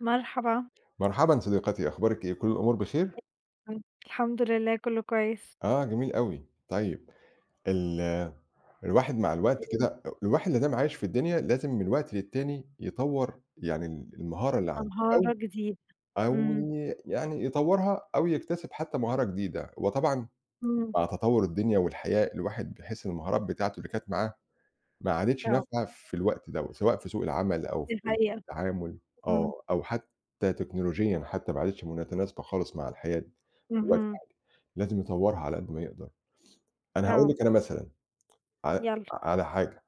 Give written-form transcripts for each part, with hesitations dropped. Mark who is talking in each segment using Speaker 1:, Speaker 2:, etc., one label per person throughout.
Speaker 1: مرحبا.
Speaker 2: مرحبًا صديقتي، أخبارِك إيه؟ كل الأمور بخير؟
Speaker 1: الحمد لله كُلّه كويس.
Speaker 2: آه، جميل أوي. طيب ال الواحد مع الوقت كده الواحد لادام عايش في الدنيا لازم من وقت للتاني يطوّر يعني المهارة اللي عنده أو
Speaker 1: أنهارة جديدة.
Speaker 2: أو
Speaker 1: إمم.
Speaker 2: ي يعني يطوّرها أو يكتسب حتى مهارة جديدة. وطبعًا
Speaker 1: إمم.
Speaker 2: مع تطوّر الدنيا والحياة الواحد بيحس إن المهارات بتاعته اللي كانت معاه ما عادتش
Speaker 1: آه،
Speaker 2: نافعة في الوقت دوّة، سواء في سوق العمل أو
Speaker 1: دي
Speaker 2: في
Speaker 1: حقيقة.
Speaker 2: التعامل
Speaker 1: إمم.
Speaker 2: أو حتى تكنولوجيًا حتى ما عادتش متناسبة خالص مع الحياة في الوقت
Speaker 1: اهم.
Speaker 2: الحالي، لازم يطوّرها على قد ما يقدر. أنا هاقول
Speaker 1: آه.
Speaker 2: لِك أنا مثلًا ع
Speaker 1: يالّا.
Speaker 2: على حاجة،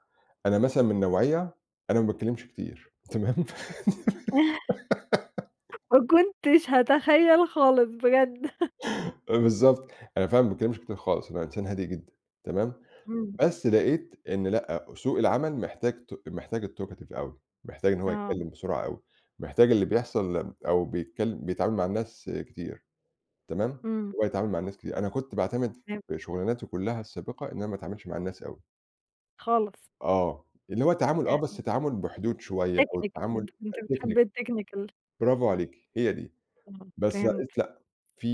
Speaker 2: أنا مثلًا من نوعية أنا ما باتكلمش كتير تمام؟
Speaker 1: ما كنتش هاتخيّل خالص بجد.
Speaker 2: بالضبط، أنا فعلًا ما باتكلمش كتير خالص، أنا إنسان هادي جدًا تمام؟
Speaker 1: إمم.
Speaker 2: بس لقيت إن لأ، سوق العمل محتاج محتاج الtalkative أوي، محتاج إن هو
Speaker 1: آه.
Speaker 2: يتكلّم بسرعة أوي، محتاج اللي بيحصل أو بيتعامل مع الناس كتير، تمام،
Speaker 1: إمم.
Speaker 2: هو يتعامل مع الناس كتير، أنا كنت باعتمد
Speaker 1: فهمت
Speaker 2: في شغلاناتي كلّها السابقة إن أنا ما اتعاملش مع الناس أوي،
Speaker 1: خالص.
Speaker 2: آه، اللي هو تعامل بس
Speaker 1: يعني
Speaker 2: تعامل بحدود شوية أو
Speaker 1: technical
Speaker 2: التعامل
Speaker 1: أنت
Speaker 2: technique
Speaker 1: بتحب الtechnical.
Speaker 2: برافو عليكِ، هي دي،
Speaker 1: آه،
Speaker 2: بس
Speaker 1: فهمت.
Speaker 2: لقيت لأ، في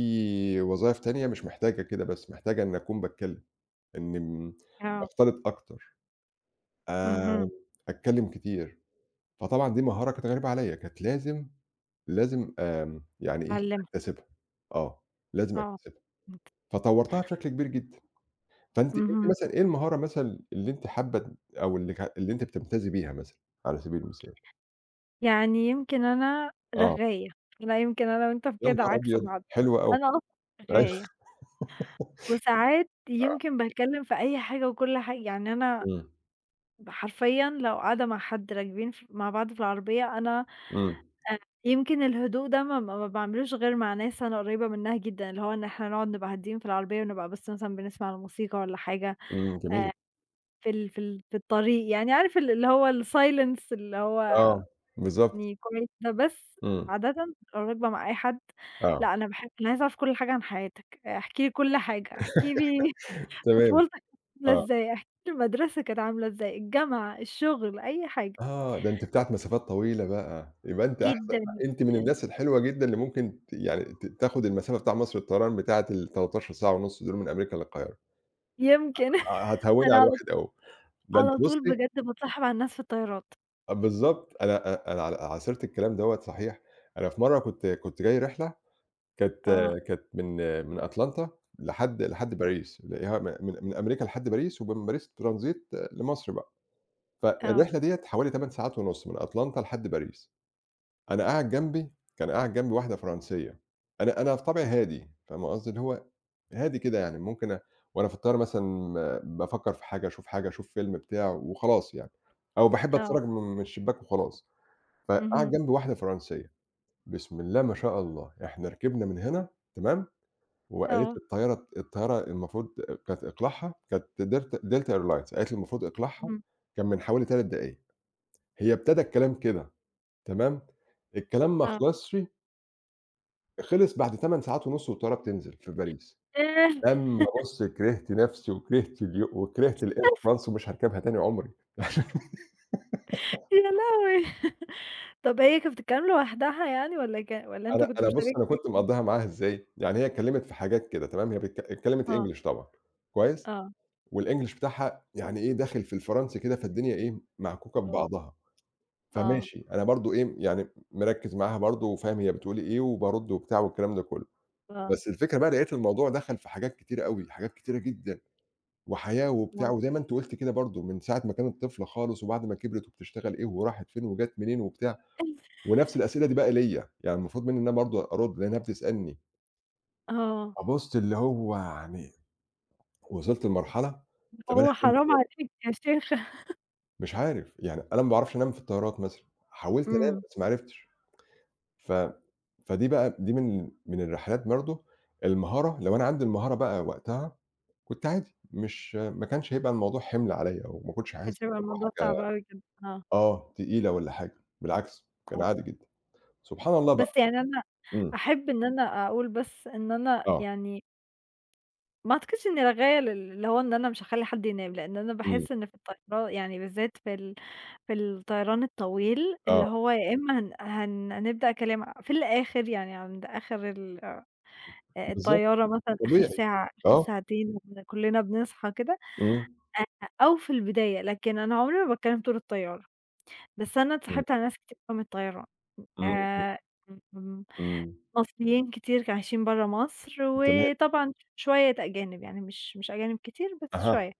Speaker 2: وظايف تانية مش محتاجة كده، بس محتاجة إني أكون باتكلّم، إني م
Speaker 1: آه.
Speaker 2: أختلط أكتر.
Speaker 1: اهم.
Speaker 2: آآ أتكلّم كتير، فطبعًا دي مهارة كانت غريبة عليّا، كانت لازم لازم آمم يعني إيه،
Speaker 1: معلّمة.
Speaker 2: أكتسبها، آه، لازم
Speaker 1: آه،
Speaker 2: أكتسبها،
Speaker 1: فهمت.
Speaker 2: فطوّرتها بشكل كبير جدًا، فأنتِ
Speaker 1: اهم.
Speaker 2: مثلًا إيه المهارة مثلًا اللي أنتِ حابة أو اللي أنتِ بتمتازي بيها مثلًا على سبيل المثال؟
Speaker 1: يعني يمكن أنا
Speaker 2: آه،
Speaker 1: رغاية. أنا يمكن أنا وأنت في
Speaker 2: يا
Speaker 1: كده
Speaker 2: نهار
Speaker 1: عكس
Speaker 2: أبيض!
Speaker 1: بعض.
Speaker 2: حلو أوي،
Speaker 1: أنا أصلًا
Speaker 2: أيوه،
Speaker 1: رغاية. وساعات يمكن باتكلم في أي حاجة وكل حاجة. يعني أنا
Speaker 2: إمم،
Speaker 1: ب حرفيًا لو قاعدة مع حد راكبين ف مع بعض في العربية، أنا
Speaker 2: إمم،
Speaker 1: يمكن الهدوء ده ما باعملوش غير مع ناس أنا قريبة منها جدًا، اللي هو إن إحنا نقعد نبقى هاديين في العربية ونبقى بس مثلًا بنسمع الموسيقى والّا حاجة.
Speaker 2: إمم، جميل،
Speaker 1: آآ في الطريق، يعني عارف ال اللي هو الsilence اللي هو
Speaker 2: آه، بالضبط،
Speaker 1: يعني كويس ده. بس
Speaker 2: إمم،
Speaker 1: عادةً لو راكبة مع أي حد،
Speaker 2: آه،
Speaker 1: لأ أنا باحب أنا عايزة أعرف كل حاجة عن حياتك. احكِ لي كل حاجة. احكِ لي
Speaker 2: تمام،
Speaker 1: طفولتك كانت عاملة
Speaker 2: آه.
Speaker 1: إزاي؟ احكِ لي المدرسة كانت عاملة إزاي، الجامعة، الشغل، أي حاجة؟
Speaker 2: آه، ده أنتِ بتاعة مسافات طويلة بقى، يبقى أنتِ أحسن،
Speaker 1: جدًا.
Speaker 2: أنتِ من
Speaker 1: جدًا.
Speaker 2: الناس الحلوة جدًا اللي ممكن ت يعني ت تاخد المسافة بتاع مصر الطيران بتاعة ال13 ساعة ونُص دول من أمريكا للقاهرة،
Speaker 1: يمكن.
Speaker 2: هتهوّني
Speaker 1: أنا
Speaker 2: على
Speaker 1: على
Speaker 2: الواحد أوي، ده أنتِ
Speaker 1: على طول
Speaker 2: بُصّي
Speaker 1: بجد باتصاحب على الناس في الطيارات.
Speaker 2: آه بالضبط، أنا أ أنا ع عاصرت الكلام دوّة صحيح، أنا في مرّة كنت جاي رحلة كانت
Speaker 1: آه.
Speaker 2: من أتلانتا لحد
Speaker 1: إمم.
Speaker 2: باريس، اللي هي م من من أمريكا لحد باريس، ومن باريس ترانزيت لمصر بقى،
Speaker 1: آه.
Speaker 2: فالرحلة ديّة حوالي 8 ساعات ونُص من أتلانتا لحد باريس. أنا قاعد جنبي كان قاعد جنبي واحدة فرنسية، أنا بطبعي هادي، فاهمة قصدي؟ اللي هو هادي كده يعني ممكن أ وأنا في الطيارة مثلًا بافكّر في حاجة، أشوف حاجة، أشوف فيلم بتاع وخلاص يعني، أو باحب
Speaker 1: آه.
Speaker 2: أتفرّج من الشباك وخلاص، فقعد
Speaker 1: اهم.
Speaker 2: جنبي واحدة فرنسية، بسم الله ما شاء الله، إحنا ركبنا من هنا تمام، وقالت
Speaker 1: آه.
Speaker 2: لي الطيارة المفروض كانت إقلاعها كانت Delta Airlines قالت لي المفروض إقلاعها
Speaker 1: إمم.
Speaker 2: كان من حوالي 3 دقايق، هي ابتدى الكلام كده تمام، الكلام ما
Speaker 1: آه.
Speaker 2: خلصش خلص بعد 8 ساعات ونُص والطيارة بتنزل في باريس،
Speaker 1: ياه!
Speaker 2: لمّا بُص كرهت نفسي وكرهت الair France ومش هاركبها تاني عُمري.
Speaker 1: يا لهوي! طب هي كانت بتتكلم لوحدها يعني والّا ك والّا أنت
Speaker 2: أنا
Speaker 1: كنت
Speaker 2: أنا بُص
Speaker 1: مشارك
Speaker 2: أنا
Speaker 1: في
Speaker 2: كنت مقضّيها معاها إزاي، يعني هي اتكلّمت في حاجات كده تمام، هي بتك اتكلّمت
Speaker 1: آه.
Speaker 2: English طبعًا كويس،
Speaker 1: آه.
Speaker 2: والEnglish بتاعها يعني إيه داخل في الفرنسي كده، فالدنيا إيه معكوكة
Speaker 1: آه.
Speaker 2: ببعضها،
Speaker 1: آه.
Speaker 2: فماشي أنا برضه إيه يعني مركّز معاها برضه وفاهم هي بتقول إيه وبارُد وبتاع والكلام ده كلّه،
Speaker 1: آه.
Speaker 2: بس الفكرة بقى لقيت الموضوع دخل في حاجات كتيرة أوي، حاجات كتيرة جدًا. وحياة وبتاع،
Speaker 1: آه.
Speaker 2: وزي ما أنتِ قُلتِ كده برضه من ساعة ما كانت طفلة خالص وبعد ما كبرت وبتشتغل إيه وراحت فين وجات منين وبتاع، ونفس الأسئلة دي بقى ليّا، يعني المفروض منّي إن أنا برضه أرُد لإنّها بتسألني،
Speaker 1: آه.
Speaker 2: فبُص اللي هو يعني وصلت لمرحلة طَب أنا
Speaker 1: هو
Speaker 2: هانام
Speaker 1: حرام
Speaker 2: فين؟
Speaker 1: عليك يا شيخة.
Speaker 2: مش عارف، يعني أنا ما باعرفش أنام في الطيارات مثلًا، حاولت أنام
Speaker 1: إمم.
Speaker 2: بس ما عرفتش، ف فدي بقى دي من الرحلات برضه المهارة لو أنا عندي المهارة بقى وقتها كنت عادي، مش ما كانش هيبقى الموضوع حِمل عليّا وما كنتش
Speaker 1: ما كانش
Speaker 2: حاسس إن
Speaker 1: هيبقى
Speaker 2: هو
Speaker 1: الموضوع صعب
Speaker 2: حاجة
Speaker 1: أوي كده. آه.
Speaker 2: تقيلة والّا حاجة، بالعكس كان
Speaker 1: آه.
Speaker 2: عادي جدًا، سبحان الله بقى،
Speaker 1: بس يعني أنا
Speaker 2: إمم،
Speaker 1: أحب إن أنا أقول بس إن أنا
Speaker 2: آه،
Speaker 1: يعني ما أعتقدش إني أتغيّر اللي هو إن أنا مش هاخلّي حد ينام، لإن أنا
Speaker 2: إمم،
Speaker 1: باحس إن في الطيران يعني بالذات في ال في الطيران الطويل اللي
Speaker 2: آه،
Speaker 1: هو يا إما هن هنبدأ كلام في الآخر يعني عند آخر ال
Speaker 2: بالضبط
Speaker 1: الطيارة مثلًا آخر
Speaker 2: طبيعي،
Speaker 1: ساعة، آخر
Speaker 2: آه،
Speaker 1: ساعتين بن كلّنا بنصحى كده
Speaker 2: إمم،
Speaker 1: أ أو في البداية. لكن أنا عمري ما باتكلّم طول الطيارة. بس أنا
Speaker 2: إمم،
Speaker 1: اتصاحبت على ناس كتير أوي من الطيران.
Speaker 2: إمم، إمم،
Speaker 1: آآ
Speaker 2: إمم،
Speaker 1: مصريين كتير عايشين برّه مصر،
Speaker 2: تمام،
Speaker 1: وطبعًا شوية أجانب، يعني مش أجانب كتير بس
Speaker 2: أها،
Speaker 1: شوية.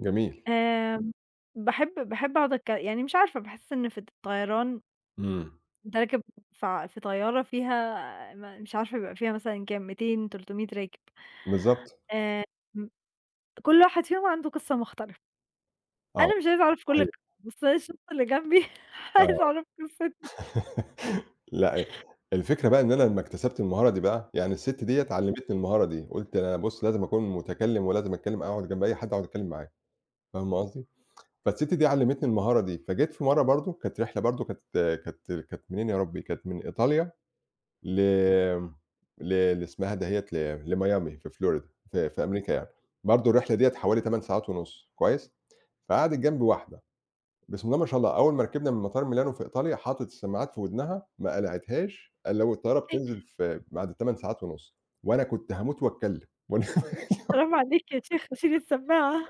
Speaker 2: جميل،
Speaker 1: آمم. باحب أقعد أتك يعني مش عارفة باحس إن في الطيران
Speaker 2: إمم،
Speaker 1: أنت راكب ف في طيارة فيها م مش عارفة بيبقى فيها مثلًا كام 200، 300 راكب.
Speaker 2: بالضبط،
Speaker 1: آمم. كل واحد فيهم عنده قصة مختلفة.
Speaker 2: آه،
Speaker 1: أنا مش عايزة أعرف كل
Speaker 2: صحيح،
Speaker 1: القصص، بس أنا الشخص اللي جنبي عايزة
Speaker 2: آه،
Speaker 1: أعرف قصته.
Speaker 2: لأ، الفكرة بقى إن أنا لمّا اكتسبت المهارة دي بقى، يعني السِت ديّة علّمتني المهارة دي، قُلت أنا بُص لازم أكون متكلّم ولازم أتكلّم أقعد جنب أي حد أقعد أتكلّم معاه، فاهمة قصدي؟ فالست دي علّمتني المهارة دي، فجيت في مرّة برضه كانت رحلة برضه كانت كانت منين يا ربي، كانت من إيطاليا ل ل ل اسمها دهيّة لميامي في فلوريدا في أمريكا يعني، برضه الرحلة ديّة حوالي 8 ساعات ونُص كويس، فقعدت جنبي واحدة بسم الله ما شاء الله أول ما ركبنا من مطار ميلانو في إيطاليا حطّت السماعات في ودنها ما قلعتهاش، قال لو الطيارة بتنزل في بعد 8 ساعات ونُص، وأنا كنت هاموت واتكلم وأنا
Speaker 1: حرام عليك يا شيخة شيل السماعة.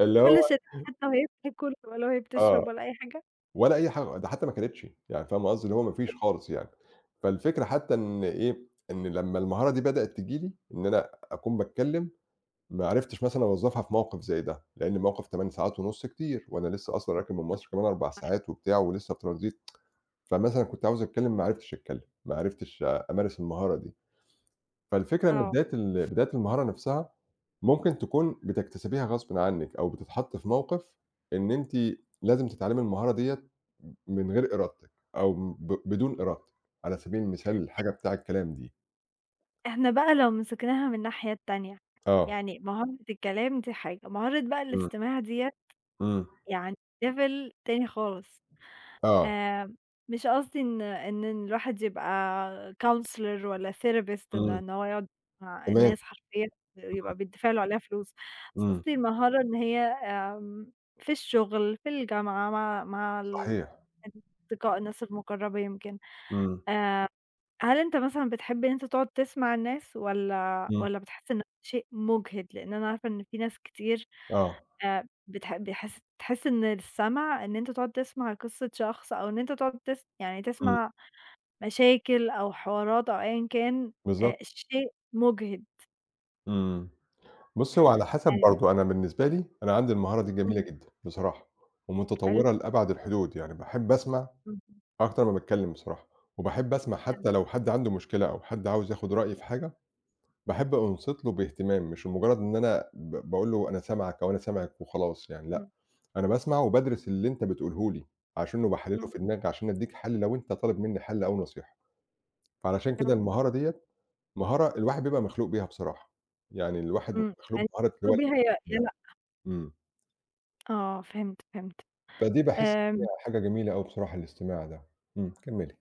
Speaker 2: اللي
Speaker 1: ولا
Speaker 2: هو
Speaker 1: شالِت حتى وهي بتاكل ولا وهي
Speaker 2: آه.
Speaker 1: بتشرب ولا أي حاجة.
Speaker 2: ولا أي حاجة، ده حتى ما كلِتش، يعني فاهمة قصدي، اللي هو ما فيش خالص يعني. فالفكرة حتى إن إيه، إن لمّا المهارة دي بدأت تيجي لي، إن أنا أكون باتكلّم، ما عرفتش مثلًا أوظّفها في موقِف زي ده، لإن الموقِف 8 ساعات ونُص كتير، وأنا لسه أصلًا راكب من مصر كمان 4 ساعات وبتاع ولسه في ترانزيت، فمثلًا كنت عاوز أتكلّم ما عرفتش أتكلّم، ما عرفتش أمارس المهارة دي. فالفكرة إن
Speaker 1: آه.
Speaker 2: بداية المهارة نفسها ممكن تكون بتكتسبيها غصبٍ عنِّك أو بتتحطّي في موقِف إن أنتِ لازم تتعلّمي المهارة ديّة من غير إرادتِك أو بدون إرادتِك، على سبيل المثال الحاجة بتاع الكلام دي.
Speaker 1: إحنا بقى لو مسكناها من الناحية التانية،
Speaker 2: آه.
Speaker 1: يعني مهارة الكلام دي حاجة، مهارة بقى
Speaker 2: إمم،
Speaker 1: الاستماع ديّة
Speaker 2: إمم،
Speaker 1: يعني level تاني خالص.
Speaker 2: آه،
Speaker 1: آآ، مش قصدي إن الواحد يبقى counselor والّا therapist إن
Speaker 2: إمم،
Speaker 1: إن هو يقعد مع
Speaker 2: تمام،
Speaker 1: الناس حرفيًا
Speaker 2: إمم،
Speaker 1: يبقى بيدفع له عليها فلوس. بس
Speaker 2: إمم،
Speaker 1: قصدي المهارة إن هي في الشغل، في الجامعة، مع ال
Speaker 2: صحيح،
Speaker 1: أصدقاء الناس المقربين يمكن
Speaker 2: إمم،
Speaker 1: آآ هل أنت مثلًا بتحب إن أنت تقعد تسمع الناس والّا
Speaker 2: إمم،
Speaker 1: والّا بتحس إن شيء مُجهِد؟ لإن أنا عارفة إن في ناس كتير
Speaker 2: آه،
Speaker 1: بتح بيحس تحس إن السَمَع إن أنت تقعد تسمع قصة شخص أو إن أنت تقعد تس يعني
Speaker 2: إمم،
Speaker 1: تسمع مشاكل أو حوارات أو أيًا كان
Speaker 2: بالضبط،
Speaker 1: شيء مُجهِد.
Speaker 2: إمم. بُصّي، هو على حسب
Speaker 1: آآ.
Speaker 2: برضه، أنا بالنسبة لي أنا عندي المهارة دي جميلة
Speaker 1: إمم.
Speaker 2: جدًا بصراحة
Speaker 1: حلو.
Speaker 2: ومتطوّرة لأبعد الحدود، يعني باحب أسمع
Speaker 1: إمم.
Speaker 2: أكتر ما باتكلّم بصراحة، وباحب أسمع
Speaker 1: حلو.
Speaker 2: حتى لو حد عنده مشكلة أو حد عاوز ياخد رأيي في حاجة، باحب أنصت له باهتمام، مش مجرد إن أنا ب باقول له أنا سامعك أو أنا سامعِك وخلاص يعني لأ،
Speaker 1: إمم.
Speaker 2: أنا باسمع وبادرس اللي أنت بتقوله لي، عشانه باحلّله
Speaker 1: إمم.
Speaker 2: في دماغي عشان أدّيك حل لو أنت طالب منّي حل أو نصيحة، فعلشان كده
Speaker 1: آه.
Speaker 2: المهارة ديّة مهارة الواحد بيبقى مخلوق بيها بصراحة، يعني الواحد
Speaker 1: إمم.
Speaker 2: مخلوق
Speaker 1: يعني
Speaker 2: بمهارة اللي هو
Speaker 1: أسلوبي هي
Speaker 2: يعني
Speaker 1: يلا.
Speaker 2: إمم،
Speaker 1: آه، فهمت، فهمت.
Speaker 2: فدي باحس إن
Speaker 1: آمم.
Speaker 2: هي حاجة جميلة أوي بصراحة الاستماع ده، إمم، كمّلي.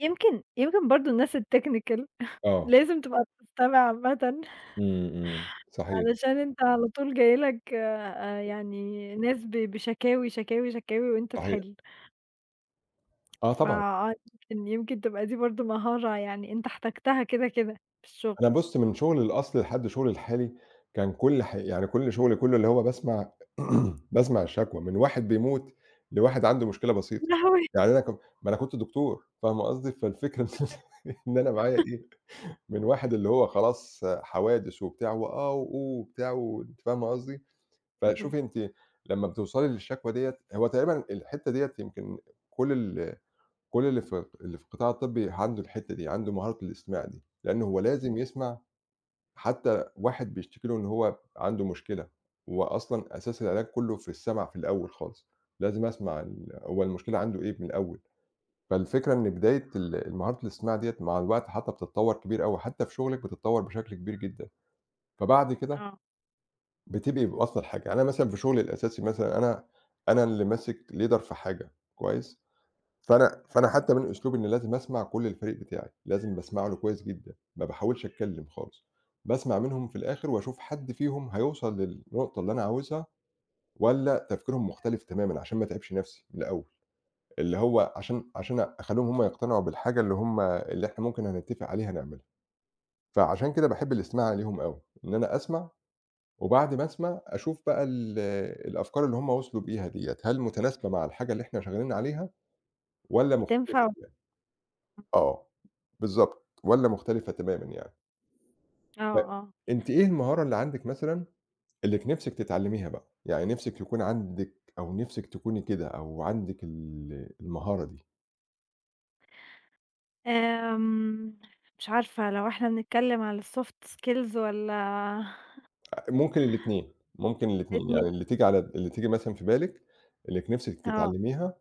Speaker 1: يمكن برضه الناس الtechnical.
Speaker 2: آه،
Speaker 1: لازم تبقى بتستمع عامةً.
Speaker 2: إمم، إمم، صحيح،
Speaker 1: علشان أنت على طول جاي لك يعني ناس ب بشكاوي، شكاوي، شكاوي وأنت
Speaker 2: صحيح،
Speaker 1: تحِل.
Speaker 2: آه طبعًا.
Speaker 1: فآه يمكن تبقى دي برضه مهارة يعني أنت احتجتها كده في الشغل.
Speaker 2: أنا بُص، من شغلي الأصلي لحد شغلي الحالي، كان كل ح يعني كل شغلي كله اللي هو باسمع الشكوى من واحد بيموت، لواحد عنده مشكلة
Speaker 1: يا
Speaker 2: بسيطة،
Speaker 1: لهوي!
Speaker 2: يعني أنا ك ما أنا كنت دكتور، فاهمة قصدي؟ فالفكرة إن إن أنا معايا إيه، من واحد اللي هو خلاص حوادث وبتاع وآه وأوه وبتاع وأنتِ فاهمة قصدي؟
Speaker 1: اهم.
Speaker 2: فشوفي أنتِ لمّا بتوصلي للشكوى ديّة هو تقريبًا الحتة ديّة يمكن كل ال كل اللي في القطاع الطبي عنده الحتة دي، عنده مهارة الاستماع دي، لأن هو لازم
Speaker 1: اهم.
Speaker 2: يسمع حتى واحد بيشتكي له إن هو عنده مشكلة، هو أصلًا أساس العلاج كلّه في السمع في الأول خالص، لازم أسمع هو المشكلة عنده إيه من الأول، فالفكرة إن بداية ال مهارة الاستماع ديّة مع الوقت حتى بتتطور كبير أوي، حتى في شغلِك بتتطور بشكل كبير جدًا، فبعد كده
Speaker 1: آه.
Speaker 2: بتبقي واصلة لحاجة، يعني أنا مثلًا في شغلي الأساسي مثلًا أنا اللي ماسك leader في حاجة كويس؟ فأنا حتى من أسلوبي إن لازم أسمع كل الفريق بتاعي، لازم باسمع له كويس جدًا، ما باحاولش أتكلم خالص، باسمع منهم في الآخر وأشوف حد فيهم هيوصل للنقطة اللي أنا عاوزها والّا تفكيرهم مختلف تمامًا عشان ما اتعبش نفسي من الأول، اللي هو عشان أخلّيهم هم يقتنعوا بالحاجة اللي هم اللي إحنا ممكن هنتفق عليها نعملها، فعشان كده باحب الاستماع ليهم أوي، إن أنا أسمع وبعد ما أسمع أشوف بقى الأفكار اللي هم وصلوا بيها ديّة، هل متناسبة مع الحاجة اللي إحنا شغالين عليها والّا مختلفة؟
Speaker 1: تنفع.
Speaker 2: آه، بالضبط، والّا مختلفة تمامًا يعني.
Speaker 1: آه. آه.
Speaker 2: فأنتِ إيه المهارة اللي عندِك مثلًا اللي ك نِفْسِك تتعلميها بقى؟ يعني نِفْسِك يكون عندِك أو نِفْسِك تكوني كده أو عندِك المهارة دي؟
Speaker 1: آمم. مش عارفة لو إحنا بنتكلم على الsoft skills والّا
Speaker 2: ممكن الاتنين، ممكن الاتنين،
Speaker 1: الاتنين.
Speaker 2: يعني اللي تيجي مثلًا في بالِك، اللي ك نِفْسِك
Speaker 1: آه،
Speaker 2: تتعلميها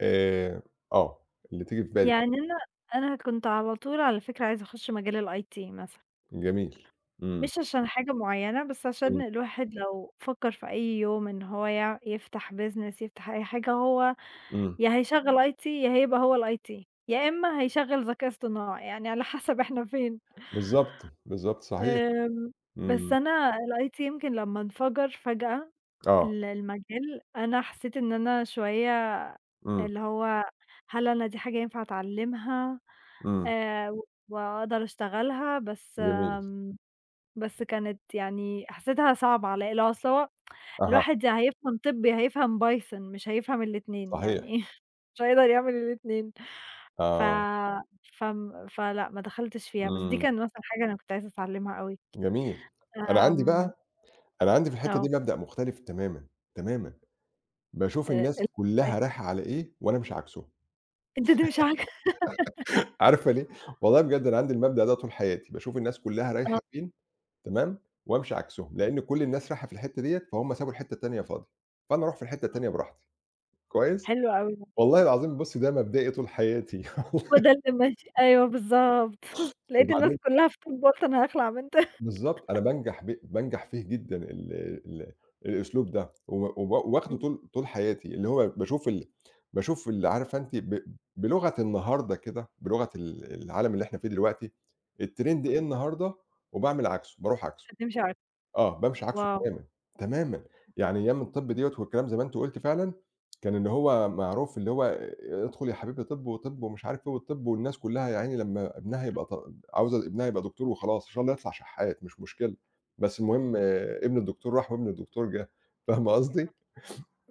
Speaker 2: آآ آه، اللي تيجي في بالِك،
Speaker 1: يعني أنا كنت على طول على فكرة عايزة أخُش مجال الIT مثلًا.
Speaker 2: جميل. إمم،
Speaker 1: مش عشان حاجة معيّنة، بس عشان
Speaker 2: إمم،
Speaker 1: الواحد لو فكّر في أي يوم إن هو يع يفتح business يفتح أي حاجة، هو
Speaker 2: إمم.
Speaker 1: يا هيشغّل IT يا هيبقى هو الIT، يا إمّا هيشغّل ذكاء اصطناعي، يعني على حسب إحنا فين.
Speaker 2: بالضبط، بالضبط، صحيح.
Speaker 1: آمم. بس
Speaker 2: إمم،
Speaker 1: أنا الIT يمكن لمّا انفجر فجأة
Speaker 2: آه،
Speaker 1: ال المجال، أنا حسّيت إن أنا شوية
Speaker 2: إمم،
Speaker 1: اللي هو هل أنا دي حاجة ينفع أتعلّمها
Speaker 2: إمم،
Speaker 1: و وأقدر أشتغلها؟ بس
Speaker 2: جميل.
Speaker 1: آمم بس كانت يعني حسيتها صعبة عليّا، اللي هو أصل هو
Speaker 2: أها،
Speaker 1: الواحد يا هيفهم طِب يا هيفهم بايثون، مش هيفهم الاتنين يعني.
Speaker 2: صحيح،
Speaker 1: مش هيقدر يعمل الاتنين. ف
Speaker 2: آه،
Speaker 1: فم فلأ ما دخلتش فيها، بس دي
Speaker 2: إمم.
Speaker 1: كان مثلًا حاجة أنا كنت عايزة أتعلمها أوي.
Speaker 2: جميل. أنا عندي
Speaker 1: آمم.
Speaker 2: بقى أنا عندي في الحتّة دي
Speaker 1: آه.
Speaker 2: مبدأ مختلف تمامًا، تمامًا. باشوف
Speaker 1: آآ.
Speaker 2: الناس كُلّها رايحة على إيه وأنا مش عكسهم.
Speaker 1: أنت دي مش عاجبك.
Speaker 2: عارفة ليه؟ والله بجد أنا عندي المبدأ ده طول حياتي، باشوف الناس كُلّها رايحة
Speaker 1: آه.
Speaker 2: فين تمام، وأمشي عكسهم، لإن كل الناس رايحة في الحتّة ديّة، فهُم سابوا الحتّة التانية فاضية، فأنا أروح في الحتّة
Speaker 1: آه.
Speaker 2: التانية براحتي، كويس؟
Speaker 1: حلو أوي ده.
Speaker 2: والله العظيم بُصّي ده مبدئي طول حياتي والله.
Speaker 1: هو ده اللي ماشي أيوه بالضبط. لقيت الناس
Speaker 2: وبعدين
Speaker 1: كلّها في طِب قُلت أنا هاخلع من طِب.
Speaker 2: بالضبط، أنا بانجح فيه جدًا ال ال الأسلوب ده، و واخده
Speaker 1: إمم.
Speaker 2: طول حياتي، اللي هو باشوف باشوف اللي عارفة أنتِ بلغة النهارده كده، بلغة العالم اللي إحنا فيه دلوقتي، الtrend إيه
Speaker 1: آه.
Speaker 2: النهارده وباعمل عكسه، باروح عكسه.
Speaker 1: أنت دي مش عاجبك.
Speaker 2: آه، بامشي عكسه
Speaker 1: واو!
Speaker 2: تمامًا، تمامًا. يعني أيام الطِب ديّة والكلام زي ما أنتِ قُلتِ فعلًا، كان اللي هو معروف اللي هو ادخل يا حبيبي طِب وطِب ومش عارف إيه والطِب والناس كُلّها يا عيني لمّا ابنها يبقى عاوزة ابنها يبقى دكتور وخلاص، إن شاء الله يطلع شحّات مش مشكلة، بس المهم ابن الدكتور راح وابن الدكتور جه، فاهمة قصدي؟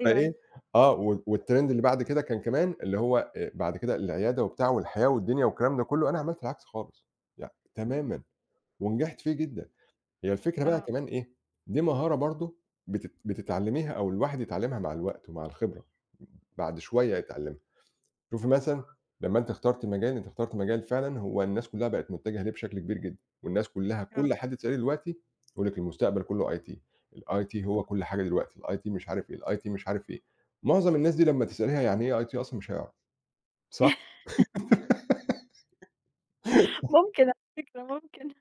Speaker 1: أيوه،
Speaker 2: فإيه
Speaker 1: أيوه.
Speaker 2: آه، و والtrend اللي بعد كده كان كمان اللي هو بعد كده العيادة وبتاع والحياة والدنيا والكلام ده كُلّه، أنا عملت العكس خالص،
Speaker 1: إمم.
Speaker 2: تمامًا ونجحت فيه جدًا. هي الفكرة بقى
Speaker 1: آه.
Speaker 2: كمان إيه، دي مهارة برضه بتتعلّميها أو الواحد يتعلّمها مع الوقت ومع الخبرة، بعد شوية يتعلّمها. شوفي مثلًا لمّا أنتِ اخترتِ مجال، أنتِ اخترتِ مجال فعلًا هو الناس كلّها بقت متجهة ليه بشكل كبير جدًا، والناس كلّها
Speaker 1: آه.
Speaker 2: كل حد تسأليه دلوقتي يقول لِك المستقبل كلّه IT، الIT هو كل حاجة دلوقتي، الIT مش عارف إيه، الIT مش عارف إيه. معظم الناس دي لمّا تسأليها يعني إيه IT أصلًا مش هيعرف، صح؟
Speaker 1: ممكن على فكرة ممكن.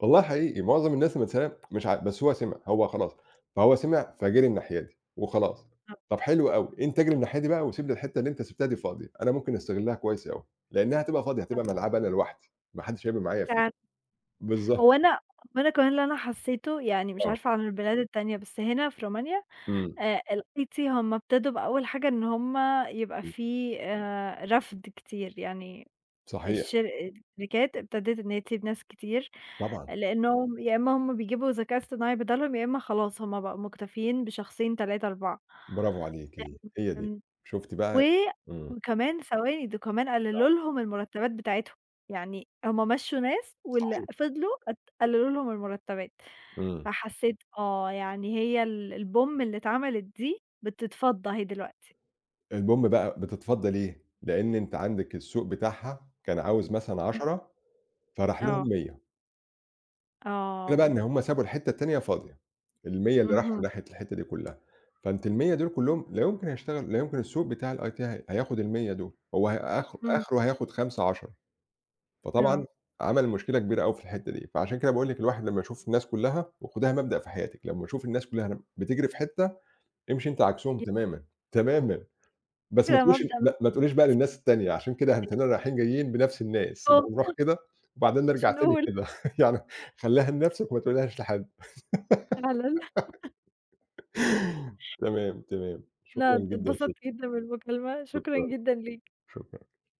Speaker 2: والله حقيقي، معظم الناس لمّا تسألها مش ع بس هو سمع، هو خلاص، فهو سمع فجري الناحية دي وخلاص. طب حلو أوي، أنت اجري الناحية دي بقى وسيب لي الحتة اللي أنت سِبتها دي فاضية، أنا ممكن أستغلها كويس أوي، لإنها هتبقى فاضية، هتبقى
Speaker 1: بالضبط
Speaker 2: ملعب أنا لوحدي، ما حدش هيبقى معايا فيه.
Speaker 1: فعلًا.
Speaker 2: بالضبط،
Speaker 1: هو أنا وأنا كمان اللي أنا حسّيته يعني مش
Speaker 2: آه،
Speaker 1: عارفة عن البلاد التانية، بس هنا في رومانيا
Speaker 2: إمم،
Speaker 1: الIT هم ابتدوا بأول حاجة إن هم يبقى
Speaker 2: إمم،
Speaker 1: في رفْض كتير، يعني
Speaker 2: صحيح،
Speaker 1: الشر الشركات ابتدت إن هي تسيب ناس كتير،
Speaker 2: طبعًا،
Speaker 1: لإنهم يا إما هم بيجيبوا ذكاء اصطناعي بدالهم، يا إما خلاص هم بقوا مكتفيين بشخصين، 3، 4.
Speaker 2: برافو عليكِ، هي دي،
Speaker 1: آمم.
Speaker 2: شُفتِ
Speaker 1: و
Speaker 2: بقى إمم،
Speaker 1: وكمان ثواني، ده كمان قللوا لهم المرتبات بتاعتهم. يعني هم مشّوا ناس واللي
Speaker 2: صحيح،
Speaker 1: فضلوا ات قللوا لهم المرتبات.
Speaker 2: إمم،
Speaker 1: فحسيت آه، يعني هي ال البوم اللي اتعملت دي بتتفضّ أهي دلوقتي.
Speaker 2: البوم بقى بتتفضّى ليه؟ لإن أنت عندِك السوق بتاعها كان عاوز مثلًا
Speaker 1: إمم.
Speaker 2: 10 فراح لهم
Speaker 1: آه.
Speaker 2: 100 المشكلة بقى إن
Speaker 1: آه.
Speaker 2: هم سابوا الحتّة التانية فاضية، ال100 اللي راحوا
Speaker 1: اهم.
Speaker 2: ناحية الحتّة دي كلّها، فأنت ال100 دول كلّهم لا يمكن هيشتغل لا يمكن السوق بتاع الIT هي هياخد ال100 دول، هو هي
Speaker 1: إمم.
Speaker 2: آخره هياخد 5، 10 فطبعًا
Speaker 1: آه.
Speaker 2: عمل مشكلة كبيرة أوي في الحتّة دي، فعشان كده باقول لِك الواحد لمّا يشوف الناس كلّها وخدها مبدأ في حياتِك، لمّا يشوف الناس كلّها بتجري في حتّة امشي أنت عكسهم تمامًا، تمامًا، بس ما
Speaker 1: فكرة
Speaker 2: تقوليش
Speaker 1: مبدأ
Speaker 2: ما تقوليش بقى للناس التانية عشان كده
Speaker 1: لطيف
Speaker 2: هنتلاقينا رايحين جايين بنفس الناس، يبقى
Speaker 1: خالص.
Speaker 2: نروح كده وبعدين
Speaker 1: مش
Speaker 2: نرجع تاني
Speaker 1: نقول
Speaker 2: كده، يعني خلّيها لنفسك وما تقولهاش لحد.
Speaker 1: فعلًا.
Speaker 2: تمام، تمام.
Speaker 1: أنا
Speaker 2: شكرًا جدًا
Speaker 1: اتبسطت
Speaker 2: ليكِ،
Speaker 1: جدًا بالمكالمة، شكرًا
Speaker 2: شكرًا،
Speaker 1: جدًا ليك.
Speaker 2: شكرًا.